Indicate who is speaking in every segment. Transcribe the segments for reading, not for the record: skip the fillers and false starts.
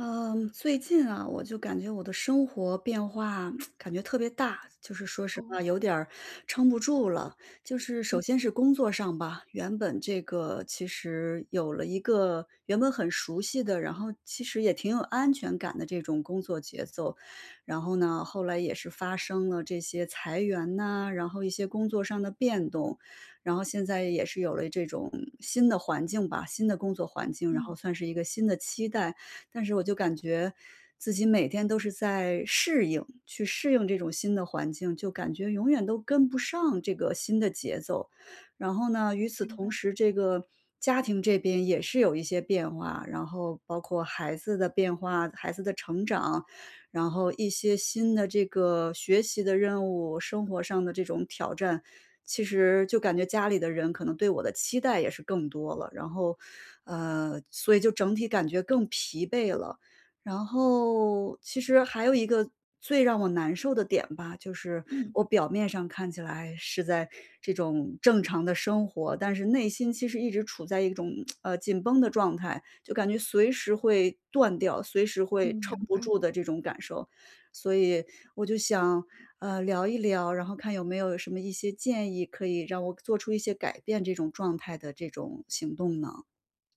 Speaker 1: 嗯，最近啊，我就感觉我的生活变化 感觉特别大，就是说实
Speaker 2: 哦，
Speaker 1: 话有点儿撑不住了。就是
Speaker 2: 嗯
Speaker 1: 首先是工作上吧，原本这个其实有了一个原本很熟悉的，然后其实也挺有安全感的这种工作节奏，然后呢，后来也是发生了这些裁员呐，然后一些工作上的变动，然后现在也是有了这种新的环境吧，新的工作环境，然
Speaker 2: 嗯，
Speaker 1: 后算是一个新的期待。但是我就感觉自己每天都是在适应，去适应这种新的环境，就感觉永远都跟不上这个新的节奏。然后呢，与此
Speaker 2: 明
Speaker 1: 同
Speaker 2: 白，
Speaker 1: 时，这个家庭这边也是有一些变化，然后包括孩子的变化、孩子的成长，然后一些新的这个学习的任务、生活上的这种挑战，其实就感觉家里的人可能对我的期待也是更多了，然后，所以就整体感觉更疲惫了。然后其实还有一个最让我难受的点吧，就是
Speaker 2: 嗯嗯，
Speaker 1: 我表面上看起来是在这种正常的生活，但是内心其实一直处在一种紧绷的状态，就感觉随时会断掉，随时
Speaker 2: 嗯
Speaker 1: 会
Speaker 2: 明白，嗯
Speaker 1: 撑
Speaker 2: 嗯明
Speaker 1: 不住
Speaker 2: 白
Speaker 1: 的这种感受。所以我就想，聊一聊，然后看有没有什么一些建议，可以让我做出一些改变这种状态的这种行动呢？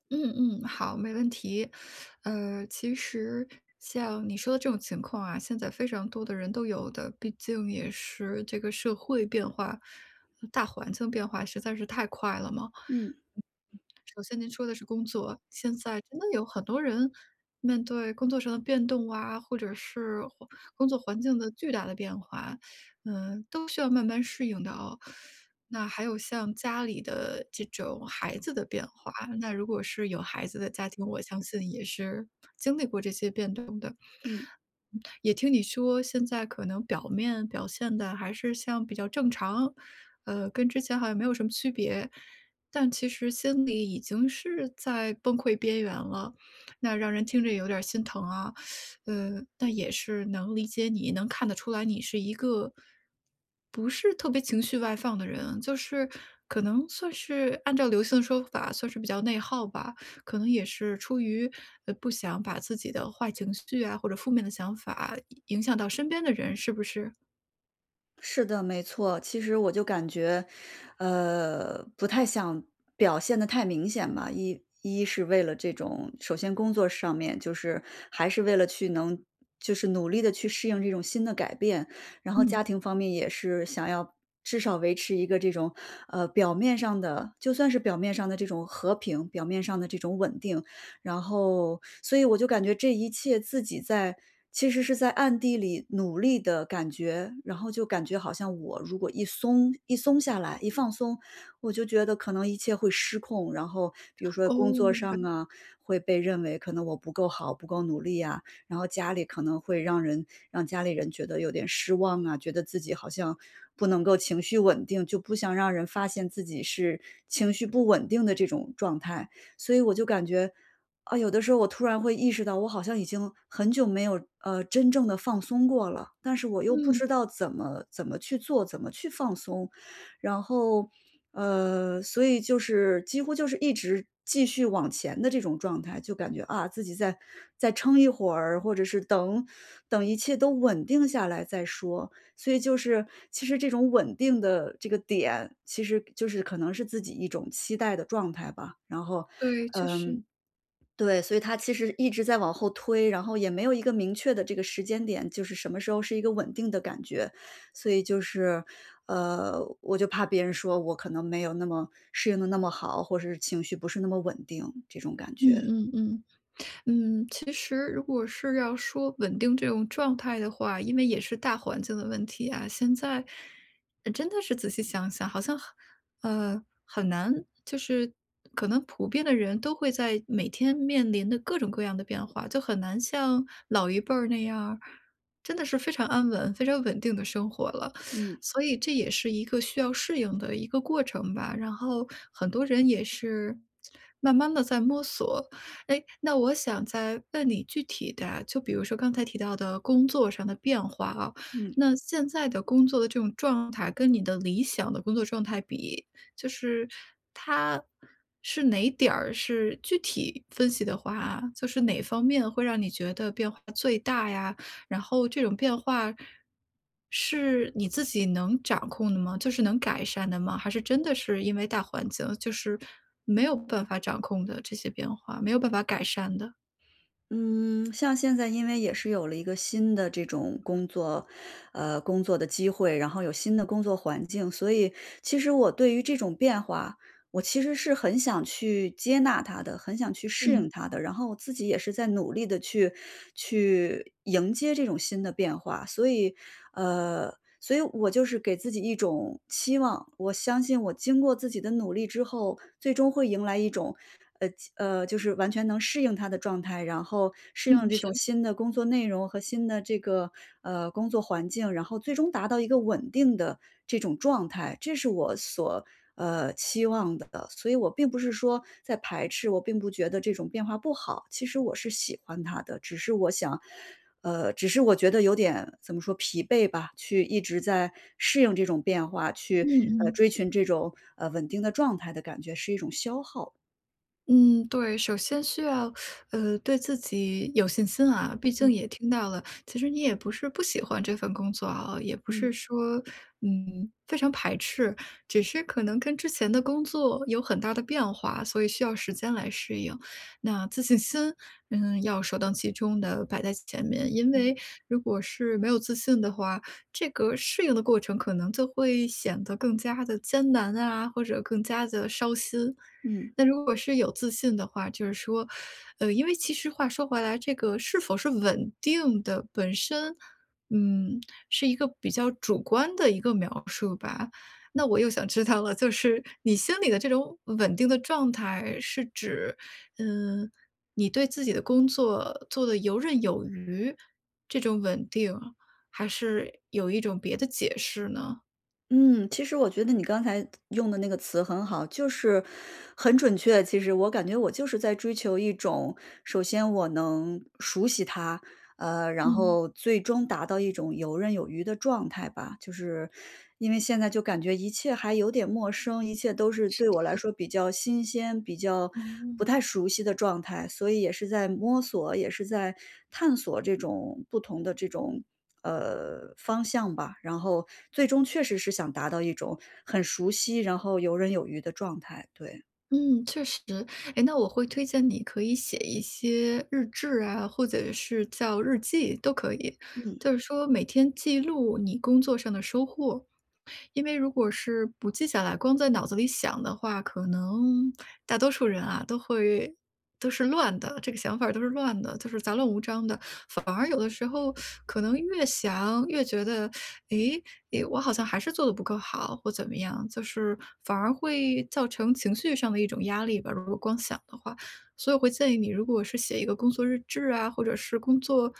Speaker 2: 嗯嗯好，没问题。其实像你说的这种情况啊，现在非常多的人都有的，毕竟也是这个社会变化、大环境变化实在是太快了嘛。
Speaker 1: 嗯
Speaker 2: 首先您说的是工作，现在真的有很多人面对工作上的变动啊，或者是工作环境的巨大的变化，嗯，都需要慢慢适应的哦。那还有像家里的这种孩子的变化，那如果是有孩子的家庭，我相信也是经历过这些变动的。嗯
Speaker 1: 嗯。
Speaker 2: 也听你说，现在可能表面表现的还是像比较正常，跟之前好像没有什么区别。但其实心里已经是在崩溃边缘了，那让人听着有点儿心疼啊。但也是能理解你，能看得出来你是一个不是特别情绪外放的人，就是可能算是按照流行的说法，算是比较内耗吧。可能也是出于不想把自己的坏情绪啊或者负面的想法影响到身边的人，是不是？
Speaker 1: 是的，没错。其实我就感觉，不太想表现的太明显吧。一是为了这种，首先工作上面就是还是为了去能就是努力的去适应这种新的改变，然后
Speaker 2: 嗯，
Speaker 1: 家庭方面也是想要至少维持一个这种，表面上的就算是表面上的这种和平，表面上的这种稳定，然后所以我就感觉这一切自己在其实是在暗地里努力的感觉，然后就感觉好像我如果一松下来，一放松，我就觉得可能一切会失控，然后比如说工
Speaker 2: 哦，
Speaker 1: 作
Speaker 2: 明白。
Speaker 1: 上啊，会被认为可能我不够好，不够努力啊，然后家里可能会让人让家里人觉得有点失望啊，觉得自己好像不能够情绪稳定，就不想让人发现自己是情绪不稳定的这种状态，所以我就感觉啊，有的时候我突然会意识到，我好像已经很久没有，真正的放松过了，但是我又不
Speaker 2: 嗯，
Speaker 1: 知道怎么去做，怎么去放松。然后，所以就是几乎就是一直继续往前的这种状态，就感觉，啊，自己再撑一会儿，或者是等一切都稳定下来再说。所以就是其实这种稳定的这个点，其实就是可能是自己一种期待的状态吧。然后，
Speaker 2: 对，确实。
Speaker 1: 嗯。对，所以它其实一直在往后推，然后也没有一个明确的这个时间点，就是什么时候是一个稳定的感觉。所以就是，我就怕别人说我可能没有那么适应的那么好，或者是情绪不是那么稳定，这种感
Speaker 2: 嗯
Speaker 1: 觉。
Speaker 2: 嗯嗯。嗯，其实如果是要说稳定这种状态的话，因为也是大环境的问题啊，现在真的是仔细想想，好像很很难，就是可能普遍的人都会在每天面临的各种各样的变化，就很难像老一辈儿那样儿真的是非常安稳、非常稳定的生活了。
Speaker 1: 嗯，
Speaker 2: 所以这也是一个需要适应的一个过程吧。然后很多人也是慢慢的在摸索，哎，那我想再问你具体的啊就比如说刚才提到的工作上的变化啊，
Speaker 1: 嗯。
Speaker 2: 那现在的工作的这种状态跟你的理想的工作状态比，就是它是哪点儿是具体分析的话啊，就是哪方面会让你觉得变化最大呀？然后这种变化是你自己能掌控的吗？就是能改善的吗？还是真的是因为大环境，就是没有办法掌控的这些变化，没有办法改善的？
Speaker 1: 嗯，像现在因为也是有了一个新的这种工作的机会，然后有新的工作环境，所以其实我对于这种变化我其实是很想去接纳它的，很想去适
Speaker 2: 嗯
Speaker 1: 应它的，然后我自己也是在努力的去去迎接这种新的变化。所以，呃，所以我就是给自己一种期望，我相信我经过自己的努力之后，最终会迎来一种，呃就是完全能适应它的状态，然后适应
Speaker 2: 嗯，
Speaker 1: 这种
Speaker 2: 是
Speaker 1: 新的工作内容和新的这个，工作环境，然后最终达到一个稳定的这种状态，这是我所期望的。所以我并不是说在排斥，我并不觉得这种变化不好，其实我是喜欢它的，只是我想只是我觉得有点怎么说，疲惫吧，去一直在适应这种变化，
Speaker 2: 嗯
Speaker 1: 去，
Speaker 2: 嗯
Speaker 1: 追寻这种，稳定的状态的感觉是一种消耗。
Speaker 2: 嗯，对，首先需要，对自己有信心啊。毕竟
Speaker 1: 嗯，
Speaker 2: 也听到了，其实你也不是不喜欢这份工作啊，也不
Speaker 1: 嗯，
Speaker 2: 是说，嗯，非常排斥，只是可能跟之前的工作有很大的变化，所以需要时间来适应。那自信心，嗯，要首当其冲的摆在前面，因
Speaker 1: 嗯，
Speaker 2: 为如果是没有自信的话，这个适应的过程可能就会显得更加的艰难啊，或者更加的烧心。
Speaker 1: 嗯，
Speaker 2: 那如果是有自信的话，就是说，因为其实话说回来，这个是否是稳定的本身，嗯，是一个比较主观的一个描述吧。那我又想知道了，就是你心里的这种稳定的状态，是指，嗯，你对自己的工作做得游刃有余，这种稳定，还是有一种别的解释呢？
Speaker 1: 嗯，其实我觉得你刚才用的那个词很好，就是很准确，其实我感觉我就是在追求一种，首先我能熟悉它，然
Speaker 2: 嗯，
Speaker 1: 后最终达到一种游刃有余的状态吧。就是因为现在就感觉一切还有点陌生，一切都是
Speaker 2: 是
Speaker 1: 对我来
Speaker 2: 是，
Speaker 1: 说比较新鲜、比较不
Speaker 2: 嗯。
Speaker 1: 太熟悉的状态，所以也是在摸索，也是在探索这种不同的这种。方向吧，然后最终确实是想达到一种很熟悉，然后游刃有余的状态。对，
Speaker 2: 嗯，确实。哎，那我会推荐你可以写一些日志啊，或者是叫日记都可以。
Speaker 1: 嗯
Speaker 2: 就是说每天记录你工作上的收获，因为如果是不记下来，光在脑子里想的话，可能大多数人啊都会都是乱的，这个想法儿都是乱的，就是杂乱无章的。反而有的时候可能越想越觉得，诶诶，我好像还是做的不够好，或怎么样，就是反而会造成情绪上的一种压力吧。如果光想的话，所以我会建议你，如果是写一个工作日志啊，或者是工作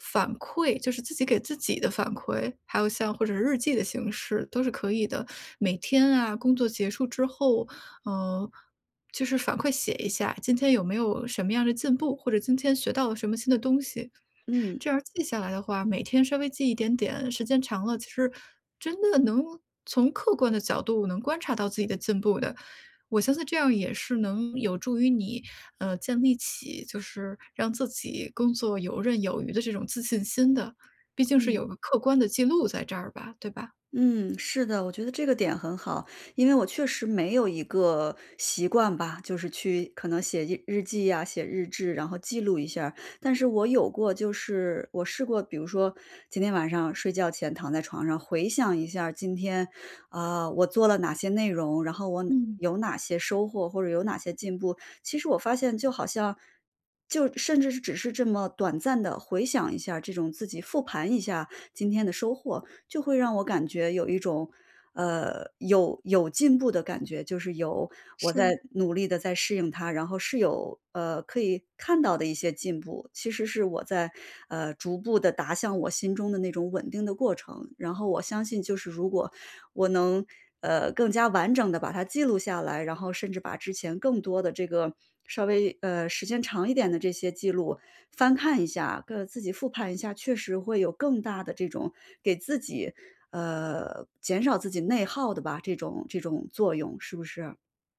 Speaker 2: 反馈，就是自己给自己的反馈，还有像或者日记的形式都是可以的。每天啊，工作结束之后，呃，就是反馈写一下，今天有没有什么样的进步，或者今天学到了什么新的东西。
Speaker 1: 嗯
Speaker 2: 这样记下来的话，每天稍微记一点点，时间长了，其实真的能从客观的角度能观察到自己的进步的。我相信这样也是能有助于你，建立起就是让自己工作游刃有余的这种自信心的。毕竟是
Speaker 1: 嗯。
Speaker 2: 有个客观的记录在这儿吧，对吧？
Speaker 1: 嗯，是的，我觉得这个点很好，因为我确实没有一个习惯吧，就是去可能写日记呀、写日志，然后记录一下儿但是我有过，就是我试过，比如说今天晚上睡觉前躺在床上回想一下儿今天，啊、我做了哪些内容，然后
Speaker 2: 嗯。
Speaker 1: 有
Speaker 2: 嗯
Speaker 1: 哪些收获或者有哪些进步。其实我发现，就好像就甚至是只是这么短暂的回想一下儿这种自己复盘一下今天的收获，就会让我感觉有一种，有进步的感觉，就是有我
Speaker 2: 是。
Speaker 1: 在努力的在适应它，然后是有，可以看到的一些进步。其实是我在，逐步的达向我心中的那种稳定的过程。然后我相信就是如果我能，更加完整的把它记录下来，然后甚至把之前更多的这个稍微，时间长一点的这些记录，翻看一下，跟自己复盘一下，确实会有更大的这种给自己，减少自己内耗的吧，这种作用，是不是？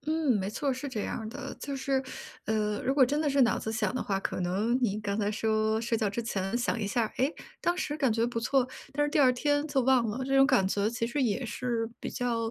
Speaker 2: 嗯，没错，是这样儿的。就是，如果真的是脑子想的话，可能你刚才说睡觉之前想一下儿，诶，当时感觉不错，但是第二天就忘了，这种感觉其实也是比较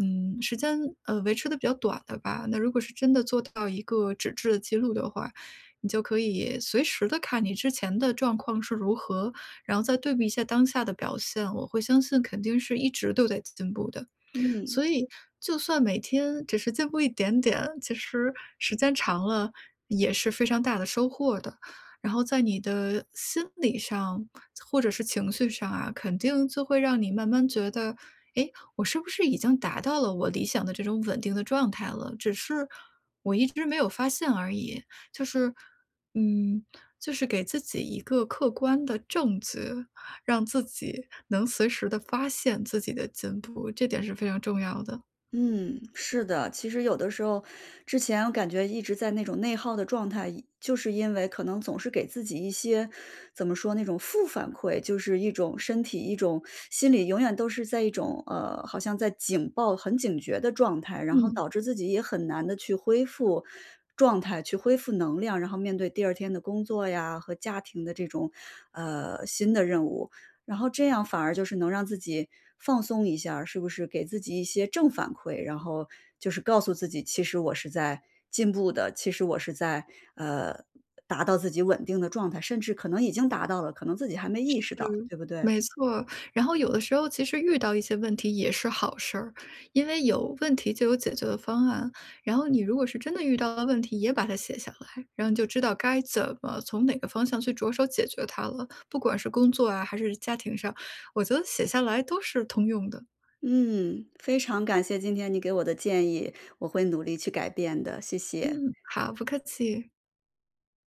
Speaker 2: 嗯，时间，维持的比较短的吧。那如果是真的做到一个纸质的记录的话，你就可以随时的看你之前的状况是如何，然后再对比一下当下的表现，我会相信肯定是一直都在进步的。
Speaker 1: 嗯。
Speaker 2: 所以就算每天只是进步一点点，其实时间长了也是非常大的收获的。然后在你的心理上或者是情绪上啊，肯定就会让你慢慢觉得，诶，我是不是已经达到了我理想的这种稳定的状态了？只是我一直没有发现而已。就是，嗯，就是给自己一个客观的证据。让自己能随时的发现自己的进步，这点是非常重要的。
Speaker 1: 嗯，是的，其实有的时候，之前我感觉一直在那种内耗的状态，就是因为可能总是给自己一些，怎么说，那种负反馈，就是一种身体，一种心理，永远都是在一种好像在警报、很警觉的状态，然后
Speaker 2: 嗯，
Speaker 1: 导致自己也很难的去恢复状态，去恢复能量，然后面对第二天的工作呀和家庭的这种新的任务。然后这样反而就是能让自己放松一下儿是不是给自己一些正反馈，然后就是告诉自己，其实我是在进步的，其实我是在，呃，达到自己稳定的状态，甚至可能已经达到了，可能自己还没意识到，对不对？
Speaker 2: 没错。然后有的时候其实遇到一些问题也是好事儿，因为有问题就有解决的方案。然后你如果是真的遇到了问题，也把它写下来，然后你就知道该怎么从哪个方向去着手解决它了。不管是工作啊，还是家庭上，我觉得写下来都是通用的。
Speaker 1: 嗯，非常感谢今天你给我的建议，我会努力去改变的，谢谢。
Speaker 2: 嗯，好，不客气。